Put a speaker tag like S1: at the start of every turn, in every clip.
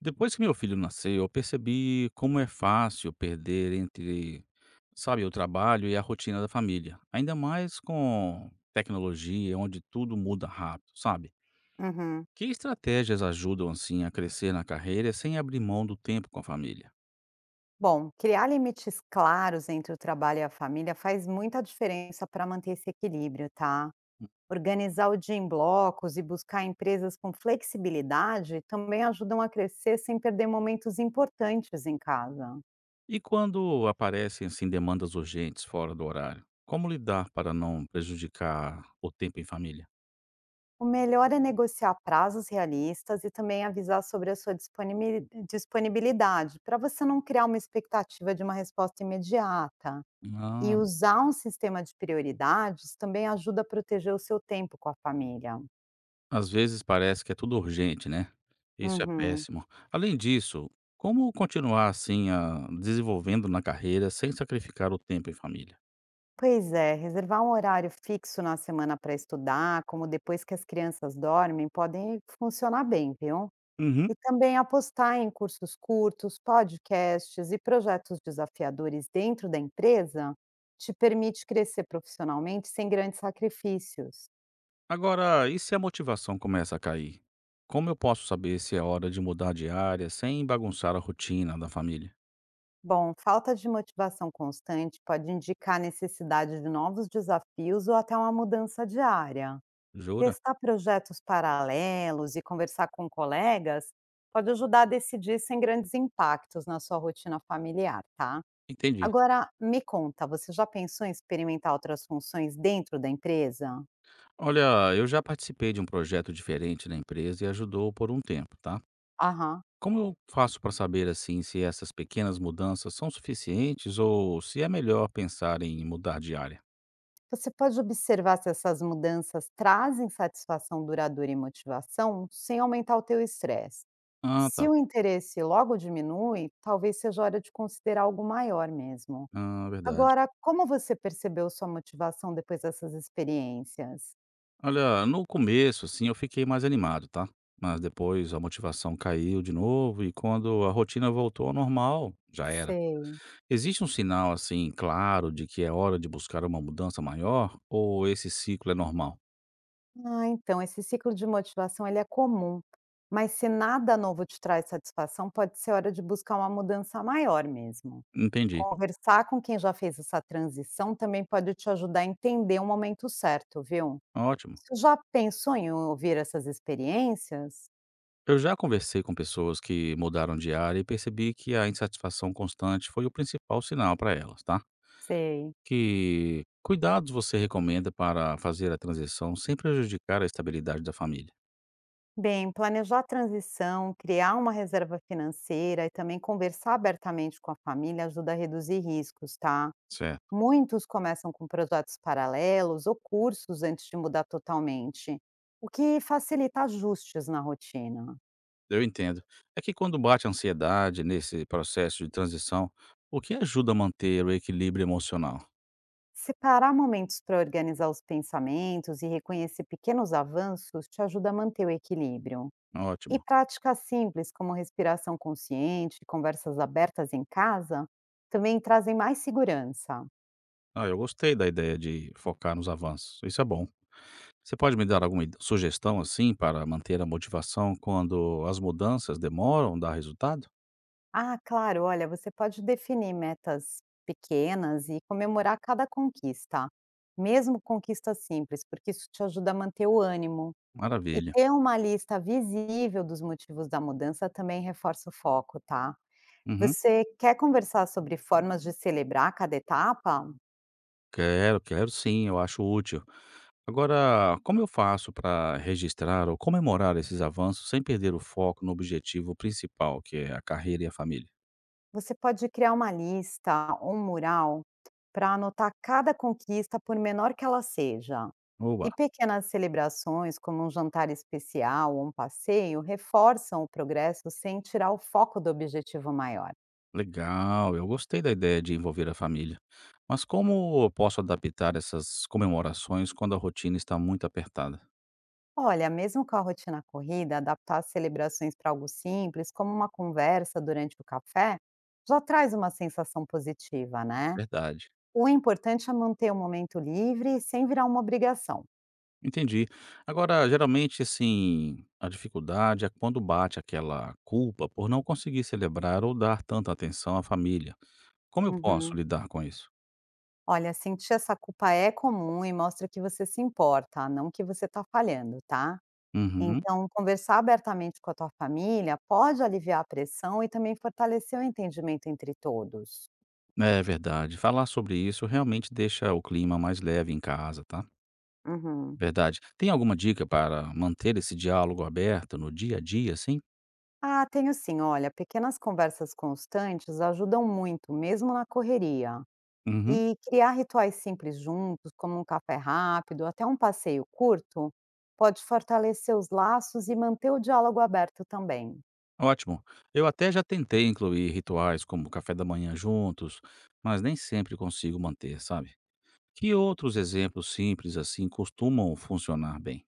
S1: Depois que meu filho nasceu, eu percebi como é fácil perder entre, sabe, o trabalho e a rotina da família. Ainda mais com tecnologia, onde tudo muda rápido, sabe?
S2: Uhum.
S1: Que estratégias ajudam, assim, a crescer na carreira sem abrir mão do tempo com a família?
S2: Bom, criar limites claros entre o trabalho e a família faz muita diferença para manter esse equilíbrio, tá? Organizar o dia em blocos e buscar empresas com flexibilidade também ajudam a crescer sem perder momentos importantes em casa.
S1: E quando aparecem, assim, demandas urgentes fora do horário? Como lidar para não prejudicar o tempo em família?
S2: O melhor é negociar prazos realistas e também avisar sobre a sua disponibilidade, para você não criar uma expectativa de uma resposta imediata. E
S1: Ah.
S2: usar um sistema de prioridades também ajuda a proteger o seu tempo com a família.
S1: Às vezes parece que é tudo urgente, né? Isso é
S2: Uhum.
S1: péssimo. Além disso, como continuar assim, a desenvolvendo na carreira sem sacrificar o tempo em família?
S2: Pois é, reservar um horário fixo na semana para estudar, como depois que as crianças dormem, podem funcionar bem, viu?
S1: Uhum.
S2: E também apostar em cursos curtos, podcasts e projetos desafiadores dentro da empresa te permite crescer profissionalmente sem grandes sacrifícios.
S1: Agora, e se a motivação começa a cair? Como eu posso saber se é hora de mudar de área sem bagunçar a rotina da família?
S2: Bom, falta de motivação constante pode indicar a necessidade de novos desafios ou até uma mudança de área.
S1: Jura?
S2: Testar projetos paralelos e conversar com colegas pode ajudar a decidir sem grandes impactos na sua rotina familiar, tá?
S1: Entendi.
S2: Agora, me conta, você já pensou em experimentar outras funções dentro da empresa?
S1: Olha, eu já participei de um projeto diferente na empresa e ajudou por um tempo, tá?
S2: Aham.
S1: Como eu faço para saber assim se essas pequenas mudanças são suficientes ou se é melhor pensar em mudar de área?
S2: Você pode observar se essas mudanças trazem satisfação duradoura e motivação sem aumentar o teu estresse.
S1: Ah,
S2: Se
S1: tá.
S2: o interesse logo diminui, talvez seja hora de considerar algo maior mesmo.
S1: Ah, verdade.
S2: Agora, como você percebeu sua motivação depois dessas experiências?
S1: Olha, no começo, assim, eu fiquei mais animado, tá? Mas depois a motivação caiu de novo e quando a rotina voltou ao normal, já era.
S2: Sei.
S1: Existe um sinal, assim, claro de que é hora de buscar uma mudança maior ou esse ciclo é normal?
S2: Ah, então esse ciclo de motivação ele é comum, mas se nada novo te traz satisfação, pode ser hora de buscar uma mudança maior mesmo.
S1: Entendi.
S2: Conversar com quem já fez essa transição também pode te ajudar a entender o momento certo, viu?
S1: Ótimo.
S2: Você já pensou em ouvir essas experiências?
S1: Eu já conversei com pessoas que mudaram de área e percebi que a insatisfação constante foi o principal sinal para elas, tá?
S2: Sei.
S1: Que cuidados você recomenda para fazer a transição sem prejudicar a estabilidade da família?
S2: Bem, planejar a transição, criar uma reserva financeira e também conversar abertamente com a família ajuda a reduzir riscos, tá?
S1: Certo.
S2: Muitos começam com projetos paralelos ou cursos antes de mudar totalmente, o que facilita ajustes na rotina.
S1: Eu entendo. É que quando bate a ansiedade nesse processo de transição, o que ajuda a manter o equilíbrio emocional?
S2: Separar momentos para organizar os pensamentos e reconhecer pequenos avanços te ajuda a manter o equilíbrio. E
S1: Ótimo.
S2: práticas simples como respiração consciente, conversas abertas em casa, também trazem mais segurança.
S1: Ah, eu gostei da ideia de focar nos avanços. Isso é bom. Você pode me dar alguma id sugestão, assim, para manter a motivação quando as mudanças demoram a dar resultado?
S2: Ah, claro, olha, você pode definir metas pequenas e comemorar cada conquista, mesmo conquistas simples, porque isso te ajuda a manter o ânimo. E
S1: Maravilha.
S2: ter uma lista visível dos motivos da mudança também reforça o foco, tá?
S1: Uhum.
S2: Você quer conversar sobre formas de celebrar cada etapa?
S1: Quero, sim, eu acho útil. Agora, como eu faço para registrar ou comemorar esses avanços sem perder o foco no objetivo principal, que é a carreira e a família?
S2: Você pode criar uma lista, ou um mural, para anotar cada conquista, por menor que ela seja.
S1: Oba,
S2: E pequenas celebrações, como um jantar especial ou um passeio, reforçam o progresso sem tirar o foco do objetivo maior.
S1: legal, eu gostei da ideia de envolver a família. Mas como eu posso adaptar essas comemorações quando a rotina está muito apertada?
S2: Olha, mesmo com a rotina corrida, adaptar as celebrações para algo simples, como uma conversa durante o café, já traz uma sensação positiva, né?
S1: Verdade.
S2: O importante é manter o momento livre e sem virar uma obrigação.
S1: Entendi. Agora, geralmente, assim, a dificuldade é quando bate aquela culpa por não conseguir celebrar ou dar tanta atenção à família. Como eu posso
S2: Uhum.
S1: lidar com isso?
S2: Olha, sentir essa culpa é comum e mostra que você se importa, não que você está falhando, tá?
S1: Uhum.
S2: Então, conversar abertamente com a tua família pode aliviar a pressão e também fortalecer o entendimento entre todos.
S1: É verdade. Falar sobre isso realmente deixa o clima mais leve em casa, tá?
S2: Uhum.
S1: Verdade. Tem alguma dica para manter esse diálogo aberto no dia a dia, assim?
S2: Ah, tenho sim. Olha, pequenas conversas constantes ajudam muito, mesmo na correria.
S1: Uhum.
S2: E criar rituais simples juntos, como um café rápido, até um passeio curto, pode fortalecer os laços e manter o diálogo aberto também.
S1: Ótimo. Eu até já tentei incluir rituais como café da manhã juntos, mas nem sempre consigo manter, sabe? Que outros exemplos simples, assim, costumam funcionar bem?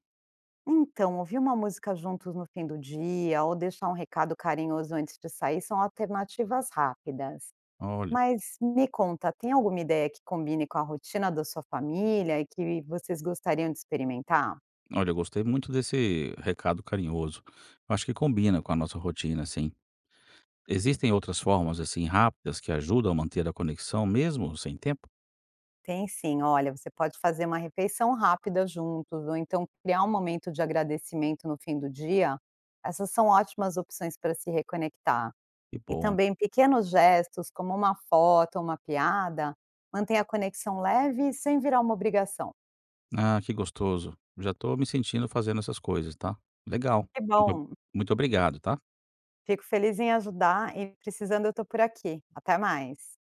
S2: Então, ouvir uma música juntos no fim do dia ou deixar um recado carinhoso antes de sair são alternativas rápidas.
S1: Olha,
S2: Mas me conta, tem alguma ideia que combine com a rotina da sua família e que vocês gostariam de experimentar?
S1: olha, eu gostei muito desse recado carinhoso. Eu acho que combina com a nossa rotina, assim. Existem outras formas, assim, rápidas que ajudam a manter a conexão mesmo sem tempo?
S2: Tem sim, olha, você pode fazer uma refeição rápida juntos, ou então criar um momento de agradecimento no fim do dia. Essas são ótimas opções para se reconectar.
S1: Que
S2: E
S1: bom.
S2: também pequenos gestos, como uma foto, uma piada, mantém a conexão leve e sem virar uma obrigação.
S1: Ah, que gostoso. Já tô me sentindo fazendo essas coisas, tá? Legal.
S2: Que bom,
S1: Muito, muito obrigado, tá?
S2: fico feliz em ajudar e precisando eu estou por aqui. Até mais.